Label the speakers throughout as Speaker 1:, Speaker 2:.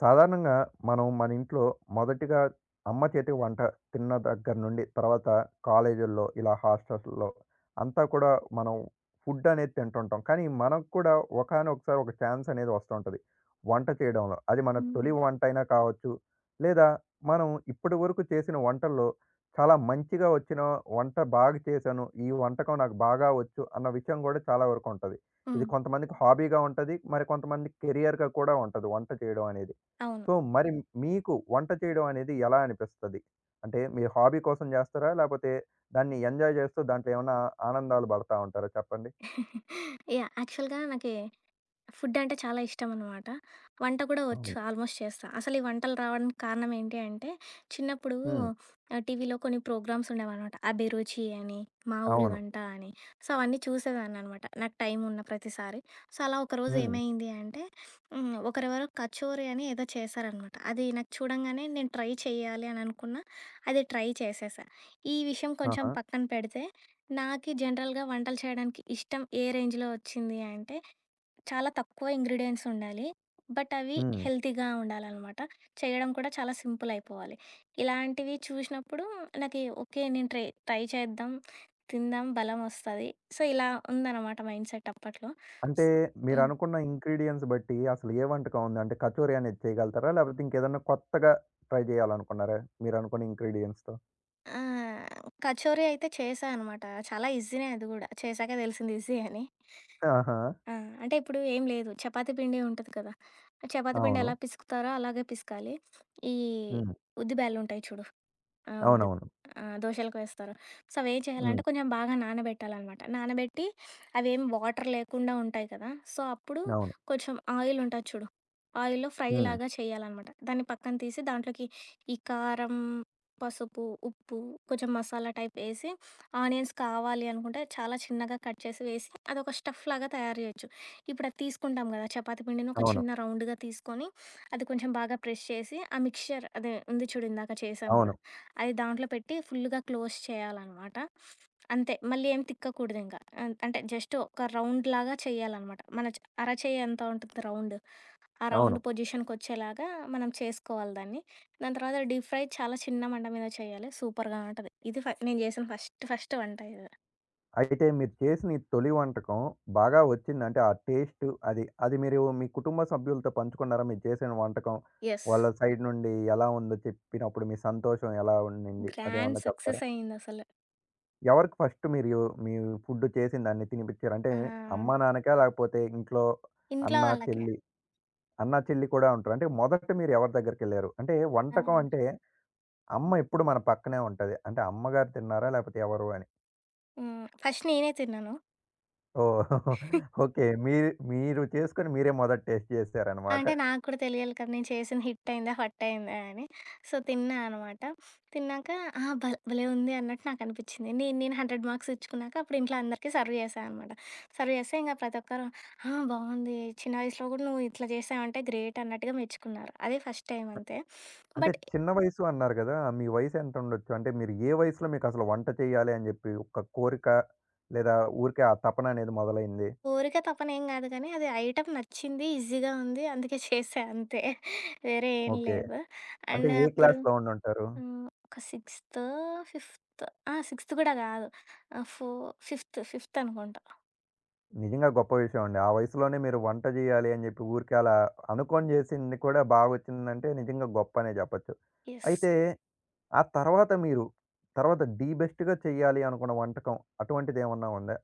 Speaker 1: సాధారణంగా మనం మన ఇంట్లో మొదటిగా అమ్మ చేతి వంట తిన్న దగ్గర నుండి తర్వాత కాలేజీల్లో ఇలా హాస్టల్స్‌లో అంతా కూడా మనం ఫుడ్ అనేది తింటుంటాం. కానీ మనకు కూడా ఒకానొకసారి ఒక ఛాన్స్ అనేది వస్తుంటది. వంట చేయడంలో. అది మన
Speaker 2: హ్మ్.
Speaker 1: తొలి వంటైనా కావచ్చు. లేదా మనం ఇప్పటివరకు చేసిన వంటల్లో చాలా మంచిగా వచ్చిన వంట బాగా చేశాను. ఈ వంటకం నాకు బాగా వచ్చు అన్న విషయం కూడా చాలా వరకు ఉంటది. ఇది
Speaker 2: హ్మ్.
Speaker 1: కొంతమందికి హాబీగా ఉంటది. మరి కొంతమందికి కెరియర్‌గా కూడా ఉంటది వంట చేయడం అనేది.
Speaker 2: అవును.
Speaker 1: సో, మరి మీకు వంట చేయడం అనేది ఎలా అనిపిస్తది? అంటే మీ హాబీ కోసం చేస్తారా? లేపోతే దాన్ని ఎంజాయ్ చేస్తూ దాంట్లో ఏమన్నా ఆనందాలు పడతా ఉంటారా చెప్పండి?
Speaker 2: యాహ్! యాక్చువల్‌గా నాకి, ఫుడ్ అంటే చాలా ఇష్టం అనమాట. వంట కూడా వచ్చు
Speaker 1: అవును.
Speaker 2: ఆల్మోస్ట్ చేస్తా. అసలు ఈ వంటలు రావడానికి కారణం ఏంటి అంటే, చిన్నప్పుడు
Speaker 1: హ్మ్.
Speaker 2: ఆహ్, టీవీలో కొన్ని ప్రోగ్రామ్స్ ఉండేవనమాట. 'అభిరుచి' అని, 'మా ఊరి
Speaker 1: అవును.
Speaker 2: వంట' అని. సో, అవన్నీ చూసేదాన్ననమాట. నాకు టైం ఉన్న ప్రతిసారి. సో, అలా ఒకరోజు
Speaker 1: హ్మ్.
Speaker 2: ఏమైంది అంటే, ఒకరెవరో కచోరి అని ఏదో చేశారనమాట. అది నాకు చూడంగానే నేను ట్రై చేయాలి అని అనుకున్నా. అది ట్రై చేసేసా. ఈ విషయం కొంచెం
Speaker 1: ఆహా!
Speaker 2: పక్కన పెడితే, నాకి జనరల్‌గా వంటలు చేయడానికి ఇష్టం ఏ రేంజ్‌లో వచ్చింది అంటే చాలా తక్కువ ఇంగ్రీడియెంట్స్ ఉండాలి. బట్ అవి
Speaker 1: హ్మ్.
Speaker 2: హెల్తీగా ఉండాలనమాట. చేయడం కూడా చాలా సింపుల్ అయిపోవాలి. ఇలాంటివి చూసినప్పుడు నాకి ఓకే. నేను ట్రై ట్రై చేద్దాం. తిందాం. బలం వస్తది. సో, ఇలా ఉందనమాట మైండ్ సెట్ అప్పట్లో.
Speaker 1: అంటే
Speaker 2: స్ హ్మ్.
Speaker 1: మీరనుకున్న ఇంగ్రీడియెంట్స్ బట్టి అసలు ఏ వంటకం ఉంది? అంటే కచోరీ అనేది చేయగలుగుతారా? లేపోతే ఇంకేదన్నా కొత్తగా ట్రై చేయాలనుకున్నారా? మీరనుకున్న ఇంగ్రీడియెంట్స్‌తో?
Speaker 2: ఆ! కచోరీ అయితే చేశా అనమాట. చాలా ఈజీనే అది గూడా. చేశాకే తెలిసింది ఈజీ అని.
Speaker 1: ఆహా!
Speaker 2: ఆ! అంటే ఇప్పుడు ఏం లేదు. చపాతీ పిండి ఉంటది కదా! ఆ చపాతీ పిండి
Speaker 1: అవును.
Speaker 2: ఎలా పిసుకుతారో అలాగే పిసకాలి. ఈ
Speaker 1: హ్మ్.
Speaker 2: ఉద్ది బ్యాళ్ళుంటాయి చూడు. ఆ! ఉద్ది
Speaker 1: అవునవును.
Speaker 2: ఆ! దోశలకు వేస్తారు. సో, అవేం చేయాలంటే
Speaker 1: హ్మ్.
Speaker 2: కొంచెం బాగా నానబెట్టాలనమాట. నానబెట్టి అవేం వాటర్ లేకుండా ఉంటాయి కదా! సో, అప్పుడు
Speaker 1: అవును.
Speaker 2: కొంచెం ఆయిల్ ఉంటది చూడు. ఆయిల్‌లో ఫ్రై
Speaker 1: హ్మ్.
Speaker 2: లాగా చేయాలనమాట. దాన్ని పక్కన తీసి దాంట్లోకి ఈ కారం, పసుపు, ఉప్పు కొంచెం మసాలా టైప్ ఏసి ఆనియన్స్ కావాలి అనుకుంటే చాలా చిన్నగా కట్ చేసి వేసి అదొక స్టఫ్ లాగా తయారు చేయొచ్చు. ఇప్పుడు అది తీసుకుంటాం కదా! చపాతీ పిండిని ఒక
Speaker 1: అవును.
Speaker 2: చిన్న రౌండ్‌గా తీసుకొని, అది కొంచెం బాగా ప్రెస్ చేసి, ఆ మిక్స్చర్ అదే ఉంది చూడు ఇందాక చేసాం
Speaker 1: అవును.
Speaker 2: కదా! అది దాంట్లో పెట్టి ఫుల్లుగా క్లోజ్ చేయాలనమాట. అంతే మళ్ళీ ఏం తిక్కకూడదింకా. అంటే జస్ట్ ఒక రౌండ్‌లాగా చేయాలనమాట. మన అరచేయి ఎంత ఉంటుంది రౌండ్ ఆ రౌండ్
Speaker 1: అవును.
Speaker 2: పొజిషన్‌కొచ్చేలాగా మనం చేసుకోవాలి దాన్ని. దాని తర్వాత డీప్ ఫ్రై చాలా చిన్న మంట మీద చేయాలి. సూపర్‌గా ఉంటది. ఇది నేను చేసిన ఫస్ట్ ఫస్ట్ వంట ఇది.
Speaker 1: అయితే మీరు చేసిన ఈ తొలి వంటకం బాగా వచ్చిందంటే ఆ టేస్ట్ అది మీరు మీ కుటుంబ సభ్యులతో పంచుకున్నారా? మీరు చేసిన వంటకం
Speaker 2: యెస్.
Speaker 1: వాళ్ళ సైడ్ నుండి ఎలా ఉందో చెప్పినప్పుడు మీ సంతోషం ఎలా ఉండింది?
Speaker 2: గ్రాండ్
Speaker 1: అదేమన్నా
Speaker 2: సక్సెస్
Speaker 1: చెప్తారా?
Speaker 2: అయిందసలు.
Speaker 1: ఎవరికి ఫస్ట్ మీ ఫుడ్ చేసిన దాన్ని తినిపిచ్చారు? అంటే
Speaker 2: ఆ!
Speaker 1: అమ్మా, నాన్నకా? లేకపోతే ఇంట్లో
Speaker 2: ఇంట్లో
Speaker 1: అన్న,
Speaker 2: వాళ్ళకి.
Speaker 1: చెల్లి? అన్న, చెల్లి కూడా ఉంటారు. అంటే మొదట మీరు ఎవరి దగ్గరికెళ్లారు? అంటే
Speaker 2: ఆ!
Speaker 1: వంటకం అంటే అమ్మ ఎప్పుడు మన పక్కనే ఉంటది. అంటే అమ్మగారు తిన్నారా? లేకపోతే ఎవరు అని?
Speaker 2: హ్మ్. ఫస్ట్ నేనే తిన్నాను.
Speaker 1: ఓహ్! ఓకే. మీరు మీరు చేసుకొని మీరే మొదట టేస్ట్ చేసారనమాట.
Speaker 2: అంటే నాకు కూడా తెలియాలి కదా! నేను చేసింది హిట్ అయిందా? ఫట్ అయిందా? అని. సో, తిన్నా అనమాట. తిన్నాక ఆ! భలే ఉంది అన్నట్టు నాకనిపించింది. నేను నేను 100 మార్క్స్ ఇచ్చుకున్నాక అప్పుడు ఇంట్లో అందరికీ సర్వ్ చేశా అనమాట. సర్వ్ చేస్తే ఇంక ప్రతి ఒక్కరు ఆ! బాగుంది. చిన్న వయసులో కూడా నువ్వు ఇట్లా చేశావంటే గ్రేట్ అన్నట్టుగా మెచ్చుకున్నారు. అది ఫస్ట్ టైమ్ అంతే.
Speaker 1: అంటే
Speaker 2: బట్
Speaker 1: చిన్న వయసు అన్నారు గదా! మీ వయసెంత ఉండొచ్చు? అంటే మీరు ఏ వయసులో మీకసలు వంట చేయాలి అని జెప్పి ఒక కోరిక లేదా ఊరికే ఆ తపన అనేది మొదలైంది?
Speaker 2: కోరిక, తపన ఏం కాదు కానీ అది ఐటెమ్ నచ్చింది. ఈజీగా ఉంది. అందుకే చేశా అంతే. వేరే ఏం
Speaker 1: ఓకే.
Speaker 2: లేదు.
Speaker 1: అంటే
Speaker 2: అండ్
Speaker 1: ఏ
Speaker 2: అప్పుడు
Speaker 1: క్లాస్‌లో ఉండుంటారు?
Speaker 2: హ్మ్. ఒక సిక్స్త్, ఫిఫ్త్ ఆ! సిక్స్త్ కూడా కాదు. ఆహ్, ఫో ఫిఫ్త్ అనుకుంటా.
Speaker 1: నిజంగా గొప్ప విషయం అండి. ఆ వయసులోనే మీరు వంట జేయాలి అని జెప్పి ఊరికే అలా అనుకోని జేసింది కూడా బాగొచ్చిందంటే నిజంగా గొప్పనే జెప్పొచ్చు.
Speaker 2: యెస్.
Speaker 1: అయితే ఆ తర్వాత మీరు తర్వాత ది బెస్ట్‌గా చేయాలి అనుకున్న వంటకం అటువంటిదేమన్నా ఉందా?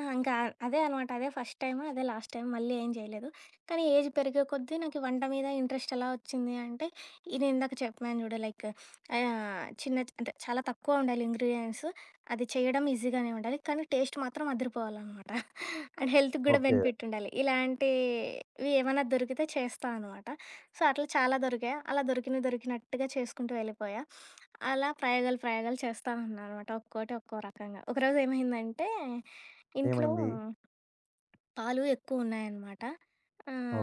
Speaker 2: ఆ! ఇంకా అదే అనమాట. అదే ఫస్ట్ టైమ్. అదే లాస్ట్ టైమ్. మళ్ళీ ఏం చేయలేదు. కానీ ఏజ్ పెరిగే కొద్దీ నాకు ఈ వంట మీద ఇంట్రెస్ట్ ఎలా వచ్చింది అంటే, ఈ నేనిందాక చెప్పాను చూడు లైక్ చిన్న అంటే చాలా తక్కువ ఉండాలి ఇంగ్రీడియెంట్స్. అది చేయడం ఈజీగానే ఉండాలి. కానీ టేస్ట్ మాత్రం అదిరిపోవాలనమాట. అండ్ హెల్త్‌కి కూడా
Speaker 1: ఓకే.
Speaker 2: బెనిఫిట్ ఉండాలి. ఇలాంటివి ఏమన్నా దొరికితే చేస్తా అనమాట. సో, అట్లా చాలా దొరికాయి. అలా దొరికినవి దొరికినట్టుగా చేసుకుంటూ వెళ్ళిపోయా. అలా ప్రయోగాలు, ప్రయోగాలు చేస్తా ఉన్నాననమాట. ఒక్కోటి ఒక్కో రకంగా. ఒకరోజు ఏమైందంటే ఇంట్లో
Speaker 1: ఏమైంది?
Speaker 2: పాలు ఎక్కువున్నాయనమాట.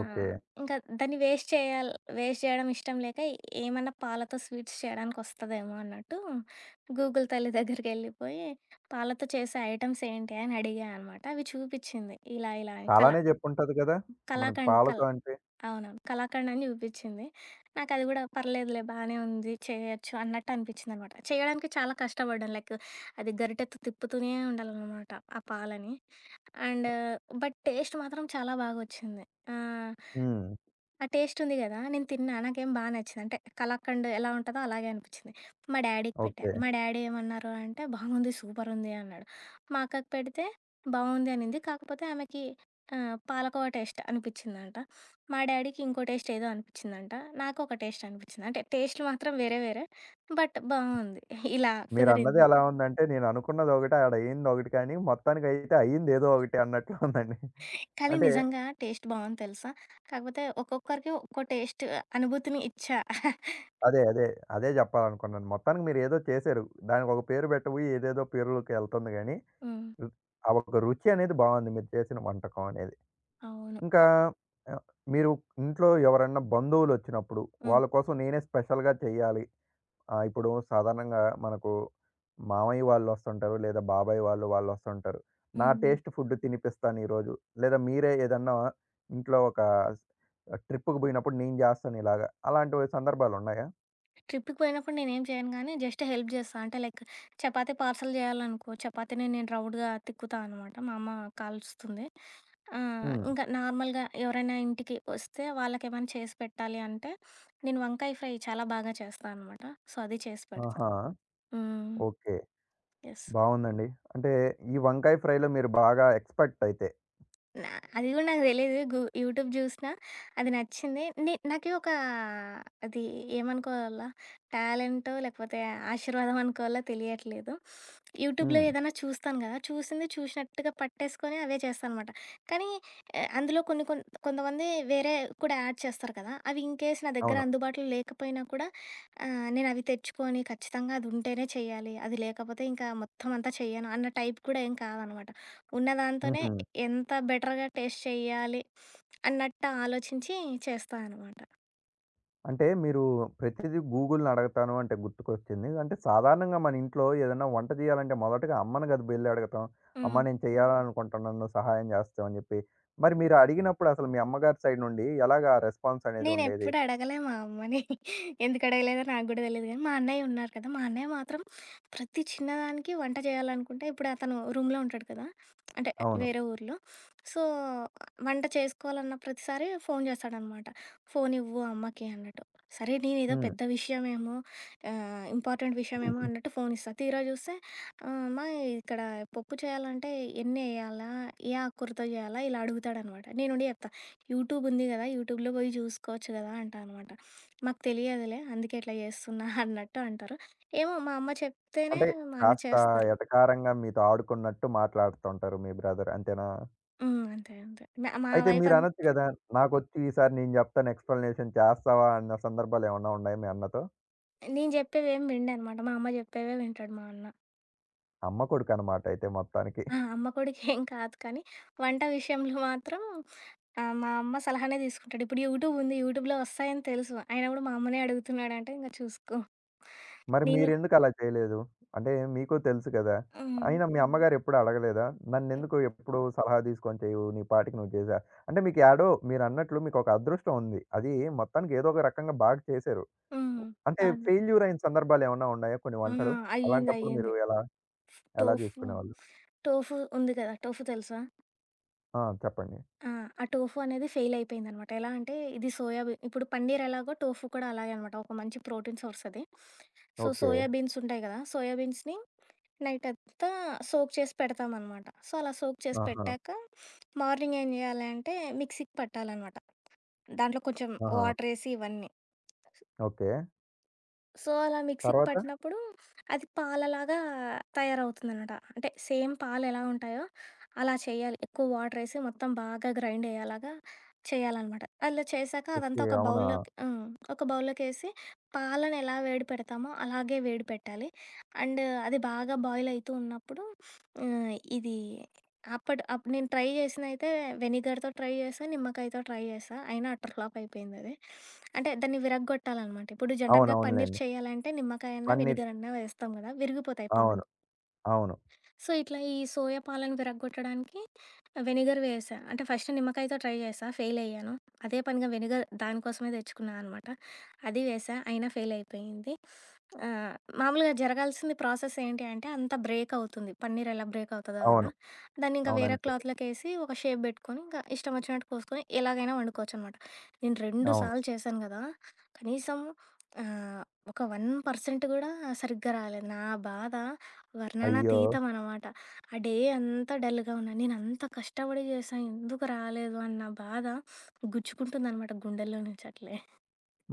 Speaker 1: ఓకే.
Speaker 2: ఇంకా దాన్ని వేస్ట్ చేయాలి వేస్ట్ చేయడం ఇష్టం లేక ఏమన్నా పాలతో స్వీట్స్ చేయడానికొస్తదేమో అన్నట్టు గూగుల్ తల్లి దగ్గరికెళ్ళిపోయి, పాలతో చేసే ఐటెమ్స్ ఏంటి అని అడిగా అనమాట. అవి చూపిచ్చింది. ఇలా ఇలా అని కల
Speaker 1: చాలానే జెప్పుంటది గదా! మనకు
Speaker 2: కలాకండ్ కల్
Speaker 1: పాలతో అంటే?
Speaker 2: అవునవును. కలాకండ్ అని చూపిచ్చింది. నాకది గూడా పర్లేదులే బానే ఉంది చేయొచ్చు అన్నట్టు అనిపిచ్చిందనమాట. చేయడానికి చాలా కష్టపడ్డాను. లైక్ అది గరిటెతో తిప్పుతూనే ఉండాలనమాట ఆ పాలని. అండ్ బట్ టేస్ట్ మాత్రం చాలా బాగొచ్చింది. ఆ!
Speaker 1: హ్మ్.
Speaker 2: ఆ టేస్ట్ ఉంది గదా! నేను తిన్నా. నాకేం నచ్చింది. అంటే కలాకండ్ ఎలా ఉంటదో అలాగే అనిపిచ్చింది. మా డ్యాడీకి పెట్టా.
Speaker 1: ఓకే.
Speaker 2: మా డ్యాడీ ఏమన్నారు అంటే, "బాగుంది, సూపరుంది" అన్నాడు. మా అక్కకి పెడితే బావుంది అనింది. కాకపోతే ఆమెకి పాలకోవా టేస్ట్ అనిపిచ్చిందంట. మా డ్యాడీకి ఇంకో టేస్ట్ ఏదో అనిపిచ్చిందంట. నాకు ఒక టేస్ట్ అనిపిచ్చింది. అంటే టేస్టులు మాత్రం వేరే వేరే. బట్ బావుంది. ఇలా
Speaker 1: మీరన్నది
Speaker 2: కుదిరింది.
Speaker 1: ఎలా ఉందంటే, నేననుకున్నదొకటి, ఆడ అయిందొకటి కానీ, మొత్తానికైతే అయిందేదో ఒకటి అన్నట్లు ఉందండి.
Speaker 2: కానీ
Speaker 1: అంటే
Speaker 2: నిజంగా టేస్ట్ బావుంది తెలుసా? కాకపోతే ఒక్కొక్కరికి ఒక్కో టేస్ట్ అనుభూతిని ఇచ్చా.
Speaker 1: అదే. అదే జెప్పాలనుకున్నాను. మొత్తానికి మీరేదో చేశారు. దానికొక పేరు బెట్టబోయి ఏదేదో పేర్లుకెళ్తుంది గానీ,
Speaker 2: హ్మ్.
Speaker 1: రు ఆ ఒక రుచి అనేది బావుంది మీరు చేసిన వంటకం అనేది.
Speaker 2: అవును.
Speaker 1: ఇంకా ఆహ్, మీరు ఇంట్లో ఎవరన్నా బంధువులొచ్చినప్పుడు,
Speaker 2: హ్మ్.
Speaker 1: వాళ్ళ కోసం నేనే స్పెషల్‌గా చెయ్యాలి. ఆ! ఇప్పుడు సాధారణంగా మనకు మామయ్య వాళ్ళొస్తుంటారు. లేదా బాబాయ్ వాళ్ళు, వాళ్ళొస్తుంటారు. నా
Speaker 2: హ్మ్. హ్మ్.
Speaker 1: టేస్ట్ ఫుడ్ తినిపిస్తాను ఈరోజు. లేదా మీరే ఏదన్నా ఇంట్లో ఒక ట్రిప్‌కి పోయినప్పుడు నేను జేస్తాను ఇలాగ. అలాంటి సందర్భాలున్నాయా?
Speaker 2: ట్రిప్‌కి పోయినప్పుడు నేనేం చేయను గానీ జస్ట్ హెల్ప్ జేస్తా. అంటే లైక్ చపాతీ పార్సల్ జేయాలనుకో చపాతీని నేను రౌండ్‌గా తిక్కుతా అనమాట. మా అమ్మ కాలుస్తుంది. ఆ!
Speaker 1: హ్మ్.
Speaker 2: ఇంకా నార్మల్‌గా ఎవరైనా ఇంటికి వస్తే వాళ్ళకేమైనా చేసి పెట్టాలి అంటే నేను వంకాయ ఫ్రై చాలా బాగా చేస్తా అనమాట. సో, అది చేసి పెడతా.
Speaker 1: ఆహా!
Speaker 2: హ్మ్.
Speaker 1: ఓకే.
Speaker 2: యెస్.
Speaker 1: బావుందండి. అంటే ఈ వంకాయ ఫ్రైలో మీరు బాగా ఎక్స్‌పర్ట్ అయితే.
Speaker 2: నా అది గూడా నాకు తెలీదు. యూట్యూబ్ జూసినా, అది నచ్చింది. నాకి ఒక అది ఏమనుకోవాలా? టాలెంటో, లేకపోతే ఆశీర్వాదం అనుకోవాలో తెలియట్లేదు. యూట్యూబ్‌లో
Speaker 1: హ్మ్.
Speaker 2: ఏదైనా చూస్తాను గదా! చూసింది చూసినట్టుగా పట్టేసుకొని అవే చేస్తాననమాట. కానీ అందులో కొన్ని కొన్ కొంతమంది వేరే కూడా యాడ్ చేస్తారు కదా! అవి ఇన్‌కేస్ నా దగ్గర
Speaker 1: అవును.
Speaker 2: అందుబాటులో లేకపోయినా కూడా నేనవి తెచ్చుకొని ఖచ్చితంగా అది ఉంటేనే చేయాలి. అది లేకపోతే ఇంకా మొత్తం అంతా చెయ్యను అన్న టైప్ కూడా ఏం కాదనమాట. ఉన్నదాంతోనే
Speaker 1: హుహు.
Speaker 2: ఎంత బెటర్‌గా టేస్ట్ చేయాలి అన్నట్టు ఆలోచించి చేస్తా అనమాట.
Speaker 1: అంటే మీరు ప్రతిదీ గూగుల్‌ని అడగతాను అంటే గుర్తుకొచ్చింది. అంటే సాధారణంగా మన ఇంట్లో ఏదైనా వంట చేయాలంటే మొదటగా అమ్మని కదా వెళ్లి అడుగుతాం. అమ్మ
Speaker 2: హ్మ్.
Speaker 1: నేను అవును. చేయాలనుకుంటున్నాను నువ్వు సహాయం చేస్తావు అని చెప్పి. మరి మీరు అవును. అడిగినప్పుడు అసలు మీ అమ్మగారి సైడ్ నుండి ఎలాగా రెస్పాన్స్ అనేది ఉండేది?
Speaker 2: నేనెప్పుడు అడగలే మా అమ్మని. ఎందుకు అడగలేదో నాకు గూడా తెలీదు గానీ, మా అన్నయ్య ఉన్నారు కదా! మా అన్నయ్య మాత్రం ప్రతి చిన్నదానికి వంట చేయాలనుకుంటే ఇప్పుడు అతను రూమ్‌లో ఉంటాడు కదా! అంటే
Speaker 1: అవును.
Speaker 2: వేరే ఊర్లో. సో, వంట చేసుకోవాలన్న ప్రతిసారి ఫోను చేస్తాడనమాట. "ఫోనివ్వు అమ్మకి" అన్నట్టు. సరే నేనేదో
Speaker 1: హ్మ్.
Speaker 2: పెద్ద విషయమేమో ఇంపార్టెంట్ విషయమేమో అన్నట్టు ఫోనిస్తా. తీరా చూస్తే "అమ్మ ఇక్కడ పప్పు చేయాలంటే ఎన్నేయాలా? ఏ ఆకూరతో చేయాలా?" ఇలా అడుగుతాడనమాట. నేనుండి చెప్తా. యూట్యూబ్ ఉంది గదా! యూట్యూబ్‌లో బోయి జూసుకోవచ్చు గదా! అంటా అనమాట. మాకు తెలియదులే అందుకే ఇట్లా జేస్తున్నా అన్నట్టు అంటారు. ఏమో మా అమ్మ చెప్తేనే
Speaker 1: అంటే
Speaker 2: మా అన్న
Speaker 1: కాస్త
Speaker 2: చేస్తారు.
Speaker 1: ఎటకారంగా మీతో ఆడుకున్నట్టు మాట్లాడుతుంటారు మీ బ్రదర్ అంతేనా?
Speaker 2: హ్మ్. అంతే. అంతే. మా
Speaker 1: అయితే
Speaker 2: వైఫ్
Speaker 1: మీరనొచ్చు
Speaker 2: అంతే
Speaker 1: కదా! నాకొచ్చి ఈసారి నేను చెప్తాను ఎక్స్‌ప్లనేషన్ చేస్తావా అన్న సందర్భాలేమన్నా ఉన్నాయా మీ అన్నతో?
Speaker 2: నేను జెప్పేవేం వినడనమాట. మా అమ్మ జెప్పేవే వింటాడు మా అన్న.
Speaker 1: అమ్మ కొడుకన్నమాట అయితే మొత్తానికి.
Speaker 2: ఆ! అమ్మ కొడుకేం కాదు కానీ వంట విషయంలో మాత్రం మా అమ్మ సలహానే తీసుకుంటాడు. ఇప్పుడు యూట్యూబ్ ఉంది. యూట్యూబ్‌లో వస్తాయని తెలుసు. అయినా గూడా మా అమ్మనే అడుగుతున్నాడంటే ఇంక చూసుకో.
Speaker 1: మరి
Speaker 2: నేను
Speaker 1: మీరెందుకు అలా చేయలేదు? అంటే మీకు తెలుసు కదా!
Speaker 2: హ్మ్.
Speaker 1: అయినా మీ అమ్మగారు ఎప్పుడు అడగలేదా? నన్నెందుకు ఎప్పుడు సలహా తీసుకొని చేయవు? నీ పాటికి నువ్వు చేసా. అంటే మీకు యాడో మీరన్నట్లు మీకొక అదృష్టం ఉంది. అది మొత్తానికి ఏదో ఒక రకంగా బాగా చేశారు.
Speaker 2: హ్మ్.
Speaker 1: అంటే
Speaker 2: అవును.
Speaker 1: ఫెయిల్యూర్ అయిన సందర్భాలు ఏమన్నా ఉన్నాయా కొన్ని
Speaker 2: ఆ!
Speaker 1: వంటలు?
Speaker 2: అయ్యింది.
Speaker 1: అలాంటప్పుడు
Speaker 2: అయ్యింది.
Speaker 1: మీరు ఎలా
Speaker 2: టోఫు,
Speaker 1: చేసుకునేవాళ్ళు?
Speaker 2: టోఫు ఉంది కదా! టోఫు తెలుసా?
Speaker 1: ఆ! చెప్పండి.
Speaker 2: ఆ! ఆ టోఫు అనేది ఫెయిల్ అయిపోయిందనమాట. ఎలా అంటే ఇది సోయా బీ ఇప్పుడు పన్నీర్ ఎలాగో టోఫు కూడా అలాగే అనమాట. ఒక మంచి ప్రోటీన్ సోర్స్ అది. So,
Speaker 1: okay.
Speaker 2: సోయా బీన్స్ ఉంటాయి కదా! సోయా బీన్స్‌ని నైట్ అంతా సోక్ చేసి పెడతామనమాట. సో, అలా సోక్ చేసి
Speaker 1: ఆహా!
Speaker 2: పెట్టాక మార్నింగ్ ఏం చేయాలి అంటే మిక్సీకి పట్టాలనమాట. దాంట్లో కొంచెం
Speaker 1: ఆహా!
Speaker 2: వాటర్ ఏసి ఇవన్నీ.
Speaker 1: ఓకే.
Speaker 2: సో, అలా మిక్సీకి
Speaker 1: తర్వాత?
Speaker 2: పట్టినప్పుడు అది పాలలాగా తయారవుతుందనమాట. అంటే సేమ్ పాలెలా ఉంటాయో అలా చేయాలి. ఎక్కువ వాటరేసి మొత్తం బాగా గ్రైండ్ అయ్యేలాగా చేయాలనమాట. అలా చేశాక అదంతా
Speaker 1: ఓకే.
Speaker 2: ఒక
Speaker 1: అవునా!
Speaker 2: బౌల్‌లోకి హ్మ్. ఒక బౌల్‌లోకేసి పాలను ఎలా వేడి పెడతామో అలాగే వేడి పెట్టాలి. అండ్ అది బాగా బాయిల్ అయితూ ఉన్నప్పుడు ఇది అప్పటి అప్పుడు నేను ట్రై చేసిందయితే వెనిగర్‌తో ట్రై చేశా, నిమ్మకాయతో ట్రై చేశా. అయినా అటర్ ఫ్లాప్ అయిపోయిందది. అంటే దాన్ని విరగ్గొట్టాలనమాట. ఇప్పుడు జనరల్‌గా పన్నీర్
Speaker 1: అవునవునులెండి.
Speaker 2: చేయాలంటే నిమ్మకాయన్నా,
Speaker 1: పన్నీర్.
Speaker 2: వెనిగరన్నా వేస్తాం గదా! విరిగిపోతాయి పాలు.
Speaker 1: అవును. అవును.
Speaker 2: సో, ఇట్లా ఈ సోయా పాలను విరగ్గొట్టడానికి వెనిగర్ వేసా. అంటే ఫస్ట్ నిమ్మకాయతో ట్రై చేశా, ఫెయిల్ అయ్యాను. అదే పనిగా వెనిగర్ దానికోసమే తెచ్చుకున్నా అనమాట. అది వేసా, అయినా ఫెయిల్ అయిపోయింది. ఆహ్, మామూలుగా జరగాల్సింది ప్రాసెస్ ఏంటి అంటే అంతా బ్రేక్ అవుతుంది. పన్నీర్ ఎలా బ్రేక్ అవుతదో అలా.
Speaker 1: అవును.
Speaker 2: దాన్ని ఇంకా
Speaker 1: అవును.
Speaker 2: వేరే
Speaker 1: అంతే.
Speaker 2: క్లాత్‌లోకేసి ఒక షేప్ పెట్టుకొని, ఇంకా ఇష్టం వచ్చినట్టు కోసుకొని ఎలాగైనా వండుకోవచ్చనమాట. నేను 2
Speaker 1: అవును.
Speaker 2: సార్లు చేశాను కదా! కనీసం ఆహ్, ఒక 1% కూడా సరిగ్గా రాలేదు. నా బాధ
Speaker 1: అయ్యో!
Speaker 2: వర్ణనాతీతం అనమాట. ఆ డే అంతా డల్‌గా ఉన్నా. నేనంత కష్టపడి చేశా ఎందుకు రాలేదు అన్న బాధ గుచ్చుకుంటుందనమాట గుండెల్లో నుంచి అట్లే.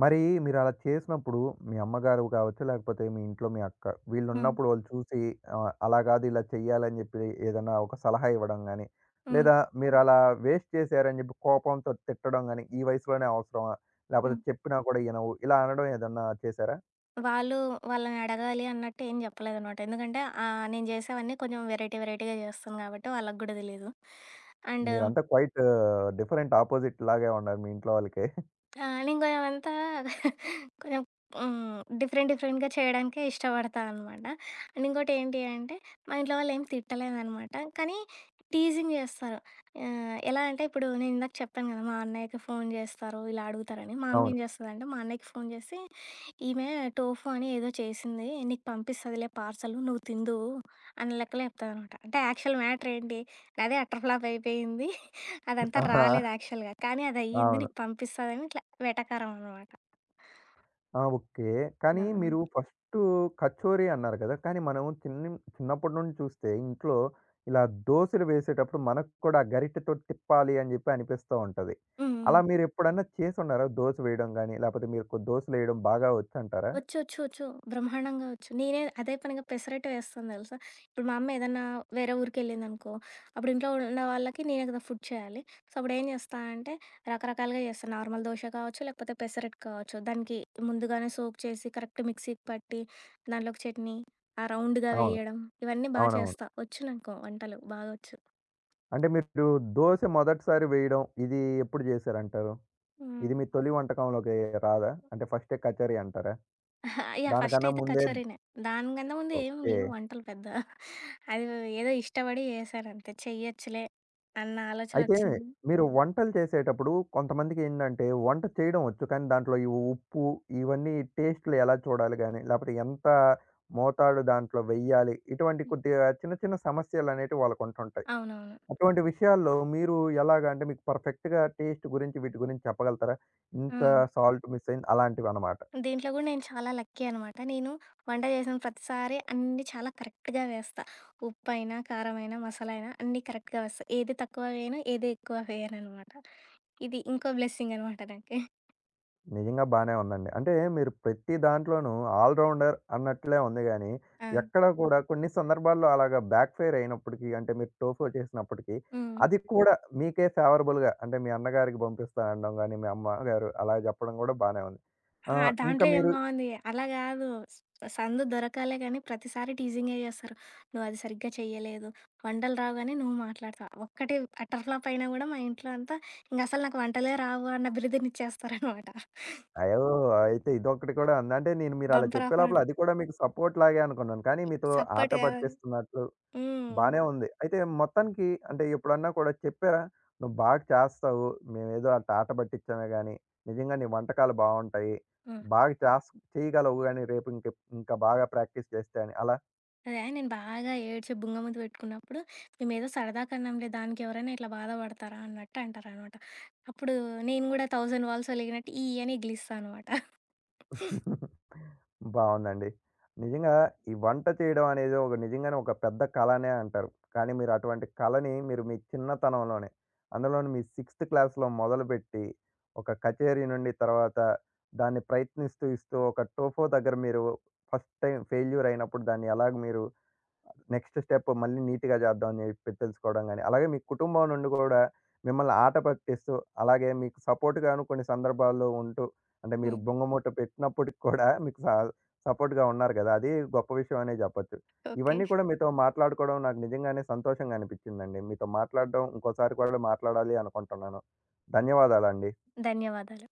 Speaker 1: మరి మీరలా చేసినప్పుడు మీ అమ్మగారు కావచ్చు, లేకపోతే మీ ఇంట్లో మీ అక్క
Speaker 2: హ్మ్.
Speaker 1: వీళ్ళున్నప్పుడు వాళ్ళు చూసి అలా కాదు ఇలా చెయ్యాలని చెప్పి ఏదన్నా ఒక సలహా ఇవ్వడం గాని,
Speaker 2: హ్మ్.
Speaker 1: లేదా మీరలా వేస్ట్ చేశారని చెప్పి కోపంతో తిట్టడం గాని, ఈ వయసులోనే అవసరమా? లేకపోతే
Speaker 2: హ్మ్.
Speaker 1: చెప్పినా కూడా ఇనవు ఇలా అనడం ఏదన్నా చేశారా?
Speaker 2: వాళ్ళు వాళ్ళని అడగాలి అన్నట్టు ఏం చెప్పలేదనమాట. ఎందుకంటే నేను చేసేవన్నీ కొంచెం వెరైటీ, వెరైటీగా చేస్తాను కాబట్టి వాళ్ళకి గూడా తెలీదు. అండ్
Speaker 1: మీరంతా క్వైట్ డిఫరెంట్ ఆపోజిట్ లాగే ఉన్నారు మీ ఇంట్లో వాళ్ళకి.
Speaker 2: ఆ! నేను కొంచెమంతా కొంచెం హ్మ్. డిఫరెంట్ డిఫరెంట్‌గా చేయడానికే ఇష్టపడతా అనమాట. అండ్ ఇంకోటేంటి అంటే, మా ఇంట్లో వాళ్ళేం తిట్టలేదనమాట. కానీ టీజింగ్ చేస్తారు. ఎలా అంటే ఇప్పుడు నేనిందాక చెప్పాను కదా! మా అన్నయ్యకి ఫోను చేస్తారు, ఇలా అడుగుతారని. మా అమ్మ ఏం
Speaker 1: అవును.
Speaker 2: చేస్తదంటే, మా అన్నయ్యకి ఫోను చేసి ఈమె టోఫు అని ఏదో చేసింది. నీకు పంపిస్తదిలే పార్సలు నువ్వు తిందువు అన్న లెక్కలో చెప్తాదనమాట. అంటే యాక్చువల్ మ్యాటర్ ఏంటి? నాదే అట్టర్ ఫ్లాప్ అయిపోయింది. అదంతా
Speaker 1: ఆహా!
Speaker 2: రాలేదు యాక్చువల్‌గా. కానీ అదయ్యింది.
Speaker 1: అవును.
Speaker 2: నీకు పంపిస్తదని ఇట్లా వెటకారం అనమాట.
Speaker 1: ఆ! ఓకే.
Speaker 2: ఆ!
Speaker 1: కానీ
Speaker 2: హ్మ్.
Speaker 1: మీరు ఫస్టు కచోరీ అన్నారు కదా! కానీ మనం చిన్ని చిన్నప్పటి నుండి చూస్తే ఇంట్లో ఇలా దోసలు వేసేటప్పుడు మనకు కూడా గరిటెతో తిప్పాలి అని చెప్పి అనిపిస్తూ ఉంటది.
Speaker 2: హ్మ్.
Speaker 1: అలా మీరెప్పుడన్నా చేసున్నారా? దోస వేయడం గాని, లేపోతే మీకు దోసలేయడం బాగా వచ్చంటారా?
Speaker 2: వచ్చు. వచ్చు. వచ్చు. బ్రహ్మాండంగా వచ్చు. నేనే అదే పనిగా పెసరట్టు వేస్తాను తెలుసా! ఇప్పుడు మా అమ్మ ఏదన్నా వేరే ఊరికెళ్ళిందనుకో, అప్పుడు ఇంట్లో ఉన్న వాళ్ళకి నేనే కదా ఫుడ్ చేయాలి. సో, అప్పుడేం చేస్తా అంటే రకరకాలుగా చేస్తాను. నార్మల్ దోస కావచ్చు, లేకపోతే పెసరట్టు కావచ్చు. దానికి ముందుగానే సోక్ చేసి కరెక్ట్ మిక్సీకి పట్టి, దాంట్లోకి చట్నీ, ఆ రౌండ్‌గా
Speaker 1: అవును.
Speaker 2: వేయడం, ఇవన్నీ
Speaker 1: అవునవును.
Speaker 2: చేస్తా. వచ్చు నాకు వంటలు బాగొచ్చు.
Speaker 1: అంటే మీరు దోస మొదటిసారి వేయడం ఇది ఎప్పుడు చేశారంటారు?
Speaker 2: హ్మ్.
Speaker 1: ఇది మీ తొలి వంటకంలోకి రాదా? అంటే ఫస్టే కచేరీ అంటారా?
Speaker 2: యాహ్!
Speaker 1: దానికన్నా
Speaker 2: ఫస్టయితే
Speaker 1: ముందే.
Speaker 2: కచోరీనే. దానికన్నా ముందు ఏం
Speaker 1: ఓకే.
Speaker 2: లేవు వంటలు పెద్ద. అది ఏదో ఇష్టపడి చేశానంతే. చెయ్యొచ్చులే అన్న
Speaker 1: అయితే
Speaker 2: ఆలోచనొచ్చింది.
Speaker 1: మీరు వంటలు చేసేటప్పుడు కొంతమందికి ఏంటంటే వంట చేయడం వచ్చు. కానీ దాంట్లో ఈ ఉప్పు ఇవన్నీ టేస్ట్‌లు ఎలా చూడాలి గాని, లేపోతే ఎంత మోతాదు దాంట్లో వెయ్యాలి? ఇటువంటి కొద్దిగా చిన్న చిన్న సమస్యలనేటివి వాళ్ళకుంటుంటాయి.
Speaker 2: అవునవును.
Speaker 1: అటువంటి విషయాల్లో మీరు ఎలాగా అంటే మీకు పర్ఫెక్ట్‌గా టేస్ట్ గురించి వీటి గురించి చెప్పగలుగుతారా? ఇంత
Speaker 2: హ్మ్.
Speaker 1: సాల్ట్ మిస్ అయింది అలాంటివనమాట.
Speaker 2: దీంట్లో గూడా నేను చాలా లక్కీ అనమాట. నేను వంట చేసిన ప్రతిసారి అన్నీ చాలా కరెక్ట్‌గా వేస్తా. ఉప్పయినా, కారమైనా, మసాలా అయినా అన్నీ కరెక్ట్‌గా వేస్తా. ఏది తక్కువ వేయను, ఏది ఎక్కువ వేయననమాట. ఇది ఇంకో బ్లెస్సింగ్ అనమాట నాకి.
Speaker 1: నిజంగా బానే ఉందండి. అంటే మీరు ప్రతి దాంట్లోనూ ఆల్ రౌండర్ అన్నట్లే ఉంది గానీ,
Speaker 2: ఆ!
Speaker 1: ఎక్కడ కూడా కొన్ని సందర్భాల్లో అలాగా బ్యాక్ ఫైర్ అయినప్పటికీ అంటే మీరు టోఫు చేసినప్పటికీ,
Speaker 2: హ్మ్.
Speaker 1: అది కూడా మీకే ఫేవరబుల్‌గా అంటే మీ అన్నగారికి పంపిస్తా అనడం గానీ, మీ అమ్మగారు అలా చెప్పడం గూడా బానే ఉంది.
Speaker 2: ఆ!
Speaker 1: ఇంకా
Speaker 2: దాంట్లో ఏం
Speaker 1: మీరు
Speaker 2: బావుంది. అలా గాదు. సందు దొరకాలే గానీ, ప్రతిసారి టీజింగే జేస్తారు. నువ్వది సరిగ్గా చెయ్యలేదు. వంటలు రావు గానీ నువ్వు మాట్లాడతావు. ఒక్కటి అటర్ ఫ్లాప్ అయినా గూడా మా ఇంట్లో అంతా ఇంగసలు నాకు వంటలే రావు అన్న బిరుదునిచ్చేస్తారనమాట.
Speaker 1: అయ్యో! అయితే ఇదొకటి కూడా ఉందా? అంటే నేను మీరు అలా
Speaker 2: బంపర్
Speaker 1: చెప్పే
Speaker 2: ఆఫర్.
Speaker 1: లోపల అది కూడా మీకు సపోర్ట్ లాగే అనుకున్నాను. కానీ మీతో ఆట
Speaker 2: సపోర్ట్ గాదు.
Speaker 1: పట్టిస్తున్నట్లు
Speaker 2: హ్మ్.
Speaker 1: బానే ఉంది. అయితే మొత్తానికి అంటే ఎప్పుడన్నా కూడా చెప్పారా? "నువ్వు బాగా చేస్తావు. మేమేదో అట్ట ఆట పట్టించామే గానీ, నిజంగా నీ వంటకాలు బావుంటాయి.
Speaker 2: హ్మ్.
Speaker 1: బాగా చేస్ చేయగలవు గానీ రేపు ఇంకా బాగా ప్రాక్టీస్ చేస్తే" అని అలా.
Speaker 2: అదే నేను బాగా ఏడ్చి బుంగముద్దు పెట్టుకున్నప్పుడు, మేమేదో సరదాకన్నాంలే దానికెవరైనా ఇట్లా బాధపడతారా అన్నట్టు అంటారనమాట. అప్పుడు నేను గూడా 1000 వాల్స్ ఒలిగినట్టు ఈ అని ఎగిలిస్తా అనమాట.
Speaker 1: బావుందండి. నిజంగా ఈ వంట చేయడం అనేది ఒక నిజంగానే ఒక పెద్ద కళనే అంటారు. కానీ మీరు అటువంటి కళని మీరు మీ చిన్నతనంలోనే, అందులోను మీ సిక్స్త్ క్లాస్‌లో మొదలుపెట్టి, ఒక కచేరీ నుండి తర్వాత దాన్ని ప్రయత్నిస్తూ ఇస్తూ ఒక టోఫో దగ్గర మీరు ఫస్ట్ టైమ్ ఫెయిల్యూర్ అయినప్పుడు దాన్ని ఎలాగ మీరు నెక్స్ట్ స్టెప్ మళ్ళీ నీట్‌గా చేద్దాం అని చెప్పి తెలుసుకోవడం గాని, అలాగే మీ కుటుంబం నుండి కూడా మిమ్మల్ని ఆట పట్టిస్తూ, అలాగే మీకు సపోర్ట్‌గాను కొన్ని సందర్భాల్లో ఉంటూ, అంటే మీరు
Speaker 2: హ్మ్.
Speaker 1: బుంగమూట పెట్టినప్పటికి కూడా మీకు స సపోర్ట్‌గా ఉన్నారు కదా! అది గొప్ప విషయం అనే చెప్పొచ్చు.
Speaker 2: ఓకే.
Speaker 1: ఇవన్నీ కూడా మీతో మాట్లాడుకోవడం నాకు నిజంగానే సంతోషంగా అనిపించిందండి. మీతో మాట్లాడడం ఇంకోసారి కూడా మాట్లాడాలి అనుకుంటున్నాను. ధన్యవాదాలండి.
Speaker 2: ధన్యవాదాలు.